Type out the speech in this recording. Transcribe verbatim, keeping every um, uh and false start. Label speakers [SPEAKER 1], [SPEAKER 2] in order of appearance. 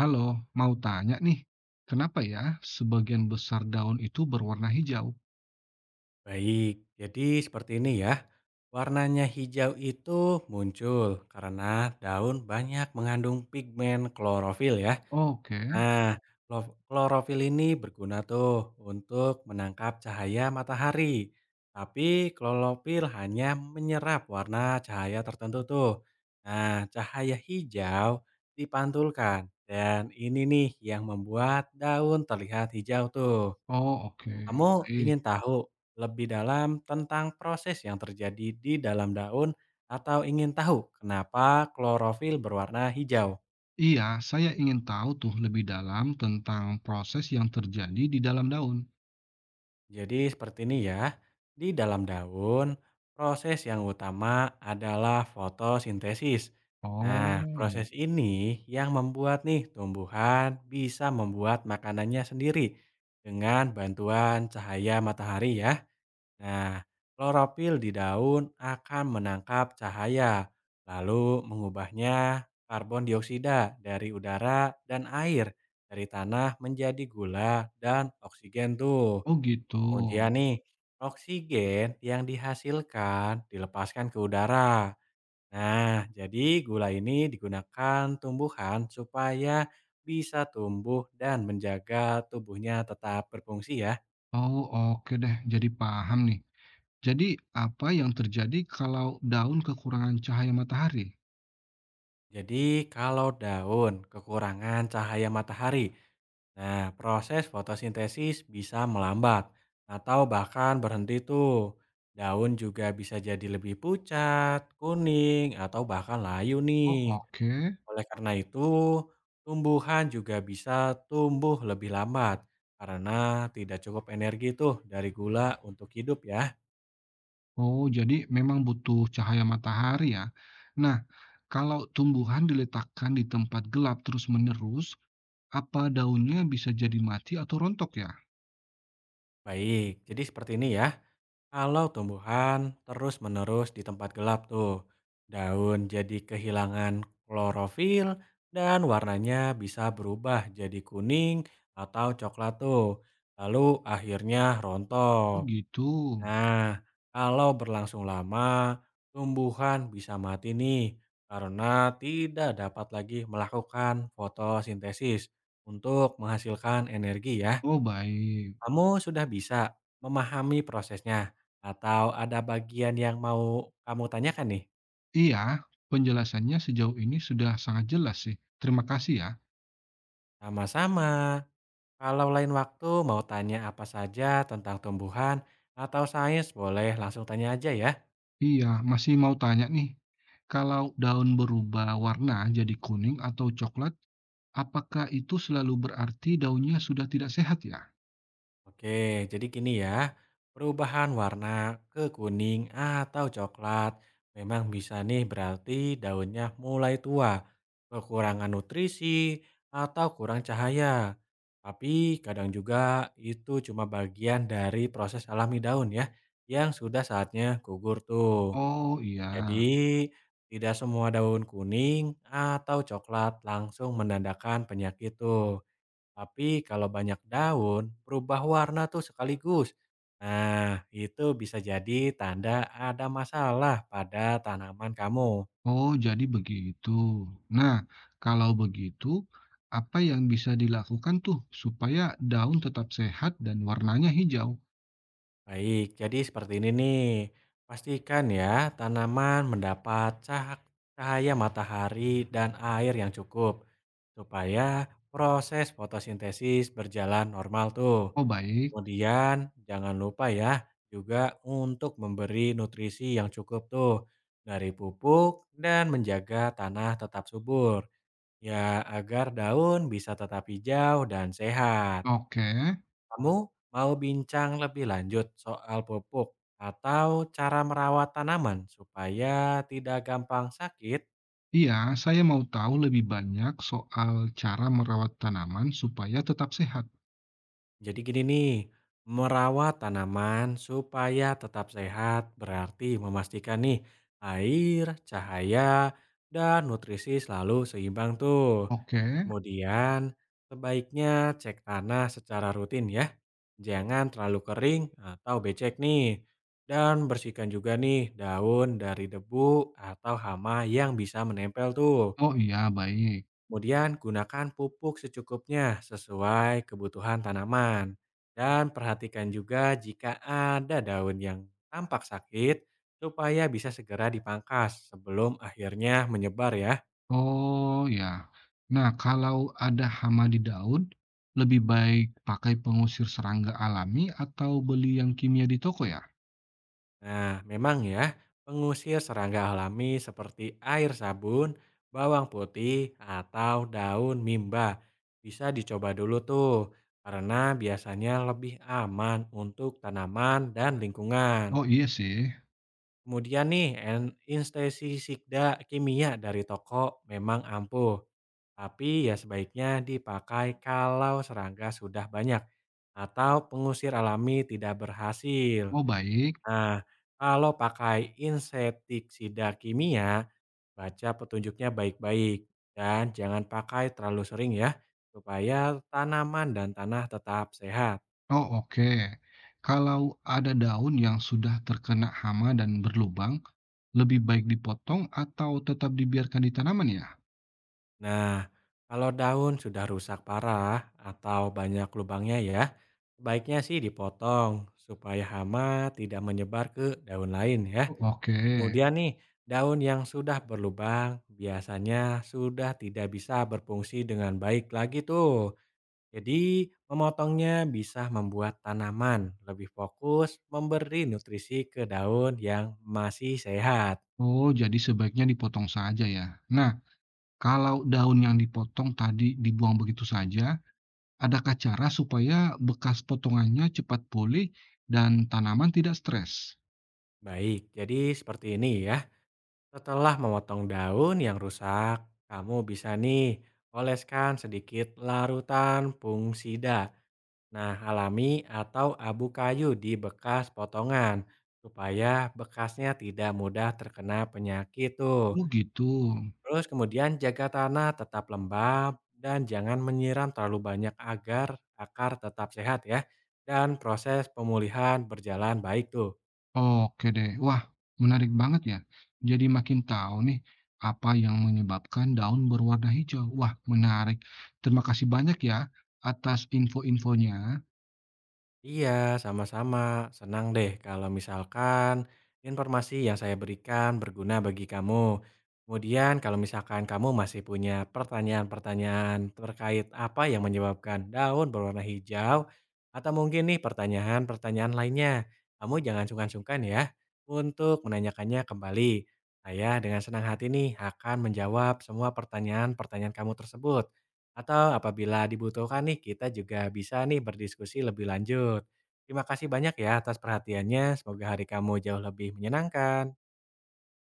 [SPEAKER 1] Halo, mau tanya nih, kenapa ya sebagian besar daun itu berwarna hijau?
[SPEAKER 2] Baik, jadi seperti ini ya. Warnanya hijau itu muncul karena daun banyak mengandung pigmen klorofil ya.
[SPEAKER 1] Oke,
[SPEAKER 2] Nah, klo- klorofil ini berguna tuh untuk menangkap cahaya matahari. Tapi klorofil hanya menyerap warna cahaya tertentu tuh. Nah, cahaya hijau dipantulkan dan ini nih yang membuat daun terlihat hijau tuh.
[SPEAKER 1] oh oke,
[SPEAKER 2] Kamu
[SPEAKER 1] baik.
[SPEAKER 2] ingin tahu lebih dalam tentang proses yang terjadi di dalam daun atau ingin tahu kenapa klorofil berwarna hijau?
[SPEAKER 1] Iya, saya ingin tahu tuh lebih dalam tentang proses yang terjadi di dalam daun.
[SPEAKER 2] Jadi seperti ini ya. Di dalam daun, proses yang utama adalah fotosintesis. Nah,
[SPEAKER 1] Oh, iya.
[SPEAKER 2] proses ini yang membuat nih tumbuhan bisa membuat makanannya sendiri dengan bantuan cahaya matahari ya. Nah, klorofil di daun akan menangkap cahaya, lalu mengubahnya karbon dioksida dari udara dan air dari tanah menjadi gula dan oksigen tuh.
[SPEAKER 1] Oh gitu.
[SPEAKER 2] Kemudian nih, oksigen yang dihasilkan dilepaskan ke udara. Nah, jadi gula ini digunakan tumbuhan supaya bisa tumbuh dan menjaga tubuhnya tetap berfungsi ya.
[SPEAKER 1] Oh oke deh, jadi paham nih. Jadi apa yang terjadi kalau daun kekurangan cahaya matahari?
[SPEAKER 2] Jadi kalau daun kekurangan cahaya matahari, nah proses fotosintesis bisa melambat atau bahkan berhenti tuh. Daun juga bisa jadi lebih pucat, kuning, atau bahkan layu
[SPEAKER 1] Oh
[SPEAKER 2] nih.
[SPEAKER 1] oke.
[SPEAKER 2] Oleh karena itu, tumbuhan juga bisa tumbuh lebih lambat karena tidak cukup energi tuh dari gula untuk hidup ya.
[SPEAKER 1] Oh, jadi memang butuh cahaya matahari ya. Nah, kalau tumbuhan diletakkan di tempat gelap terus-menerus, apa daunnya bisa jadi mati atau rontok ya?
[SPEAKER 2] Baik, jadi seperti ini ya. Kalau tumbuhan terus-menerus di tempat gelap tuh, daun jadi kehilangan klorofil dan warnanya bisa berubah jadi kuning atau coklat tuh. Lalu akhirnya
[SPEAKER 1] Oh
[SPEAKER 2] rontok.
[SPEAKER 1] gitu.
[SPEAKER 2] Nah, kalau berlangsung lama, tumbuhan bisa mati nih karena tidak dapat lagi melakukan fotosintesis untuk menghasilkan energi ya.
[SPEAKER 1] Oh baik.
[SPEAKER 2] Kamu sudah bisa memahami prosesnya atau ada bagian yang mau kamu tanyakan nih?
[SPEAKER 1] Iya, penjelasannya sejauh ini sudah sangat jelas sih. Terima kasih ya.
[SPEAKER 2] Sama-sama. Kalau lain waktu mau tanya apa saja tentang tumbuhan atau sains boleh langsung tanya aja ya.
[SPEAKER 1] Iya, masih mau tanya nih. Kalau daun berubah warna jadi kuning atau coklat, apakah itu selalu berarti daunnya sudah tidak sehat ya?
[SPEAKER 2] Oke, jadi gini ya, perubahan warna ke kuning atau coklat memang bisa nih berarti daunnya mulai tua, kekurangan nutrisi, atau kurang cahaya. Tapi kadang juga itu cuma bagian dari proses alami daun ya, yang sudah saatnya gugur tuh.
[SPEAKER 1] Oh
[SPEAKER 2] Jadi
[SPEAKER 1] iya.
[SPEAKER 2] tidak semua daun kuning atau coklat langsung menandakan penyakit tuh. Tapi kalau banyak daun, berubah warna tuh sekaligus. Nah, itu bisa jadi tanda ada masalah pada tanaman kamu.
[SPEAKER 1] Oh, jadi begitu. Nah, kalau begitu, apa yang bisa dilakukan tuh supaya daun tetap sehat dan warnanya hijau?
[SPEAKER 2] Baik, jadi seperti ini nih. Pastikan ya tanaman mendapat cah- cahaya matahari dan air yang cukup supaya proses fotosintesis berjalan normal tuh.
[SPEAKER 1] Oh, baik.
[SPEAKER 2] Kemudian jangan lupa ya juga untuk memberi nutrisi yang cukup tuh dari pupuk dan menjaga tanah tetap subur. Ya agar daun bisa tetap hijau dan sehat.
[SPEAKER 1] Oke.
[SPEAKER 2] Kamu mau bincang lebih lanjut soal pupuk atau cara merawat tanaman supaya tidak gampang sakit?
[SPEAKER 1] Iya, saya mau tahu lebih banyak soal cara merawat tanaman supaya tetap sehat.
[SPEAKER 2] Jadi gini nih, merawat tanaman supaya tetap sehat berarti memastikan nih air, cahaya, dan nutrisi selalu seimbang tuh.
[SPEAKER 1] Oke.
[SPEAKER 2] Kemudian sebaiknya cek tanah secara rutin ya. Jangan terlalu kering atau becek nih. Dan bersihkan juga nih daun dari debu atau hama yang bisa menempel tuh.
[SPEAKER 1] Oh iya, baik.
[SPEAKER 2] Kemudian gunakan pupuk secukupnya sesuai kebutuhan tanaman. Dan perhatikan juga jika ada daun yang tampak sakit supaya bisa segera dipangkas sebelum akhirnya menyebar ya.
[SPEAKER 1] Oh ya. Nah, kalau ada hama di daun, lebih baik pakai pengusir serangga alami atau beli yang kimia di toko ya?
[SPEAKER 2] Nah, memang ya, pengusir serangga alami seperti air sabun, bawang putih, atau daun mimba bisa dicoba dulu tuh karena biasanya lebih aman untuk tanaman dan lingkungan.
[SPEAKER 1] Oh iya sih.
[SPEAKER 2] Kemudian nih, en anestesisida kimia dari toko memang ampuh, tapi ya sebaiknya dipakai kalau serangga sudah banyak atau pengusir alami tidak berhasil.
[SPEAKER 1] Oh, baik.
[SPEAKER 2] Nah, kalau pakai insektisida kimia, baca petunjuknya baik-baik dan jangan pakai terlalu sering ya, supaya tanaman dan tanah tetap sehat.
[SPEAKER 1] Oh, oke. Kalau ada daun yang sudah terkena hama dan berlubang, lebih baik dipotong atau tetap dibiarkan di tanaman ya?
[SPEAKER 2] Nah, kalau daun sudah rusak parah atau banyak lubangnya ya, sebaiknya sih dipotong supaya hama tidak menyebar ke daun lain ya.
[SPEAKER 1] Oh, oke.
[SPEAKER 2] Kemudian nih, daun yang sudah berlubang biasanya sudah tidak bisa berfungsi dengan baik lagi tuh. Jadi, memotongnya bisa membuat tanaman lebih fokus memberi nutrisi ke daun yang masih sehat.
[SPEAKER 1] Oh, jadi sebaiknya dipotong saja ya. Nah, kalau daun yang dipotong tadi dibuang begitu saja, adakah cara supaya bekas potongannya cepat pulih dan tanaman tidak stres?
[SPEAKER 2] Baik, jadi seperti ini ya. Setelah memotong daun yang rusak, kamu bisa nih oleskan sedikit larutan pungsida, nah alami atau abu kayu di bekas potongan supaya bekasnya tidak mudah terkena penyakit tuh.
[SPEAKER 1] Oh, gitu.
[SPEAKER 2] Terus kemudian jaga tanah tetap lembab dan jangan menyiram terlalu banyak agar akar tetap sehat ya dan proses pemulihan berjalan baik tuh.
[SPEAKER 1] Oke deh. Wah, menarik banget ya. Jadi makin tahu nih apa yang menyebabkan daun berwarna hijau. Wah, menarik. Terima kasih banyak ya atas info-infonya.
[SPEAKER 2] Iya, sama-sama. Senang deh kalau misalkan informasi yang saya berikan berguna bagi kamu. Kemudian kalau misalkan kamu masih punya pertanyaan-pertanyaan terkait apa yang menyebabkan daun berwarna hijau, atau mungkin nih pertanyaan-pertanyaan lainnya, kamu jangan sungkan-sungkan ya untuk menanyakannya kembali. Saya dengan senang hati nih akan menjawab semua pertanyaan-pertanyaan kamu tersebut. Atau apabila dibutuhkan nih, kita juga bisa nih berdiskusi lebih lanjut. Terima kasih banyak ya atas perhatiannya. Semoga hari kamu jauh lebih menyenangkan.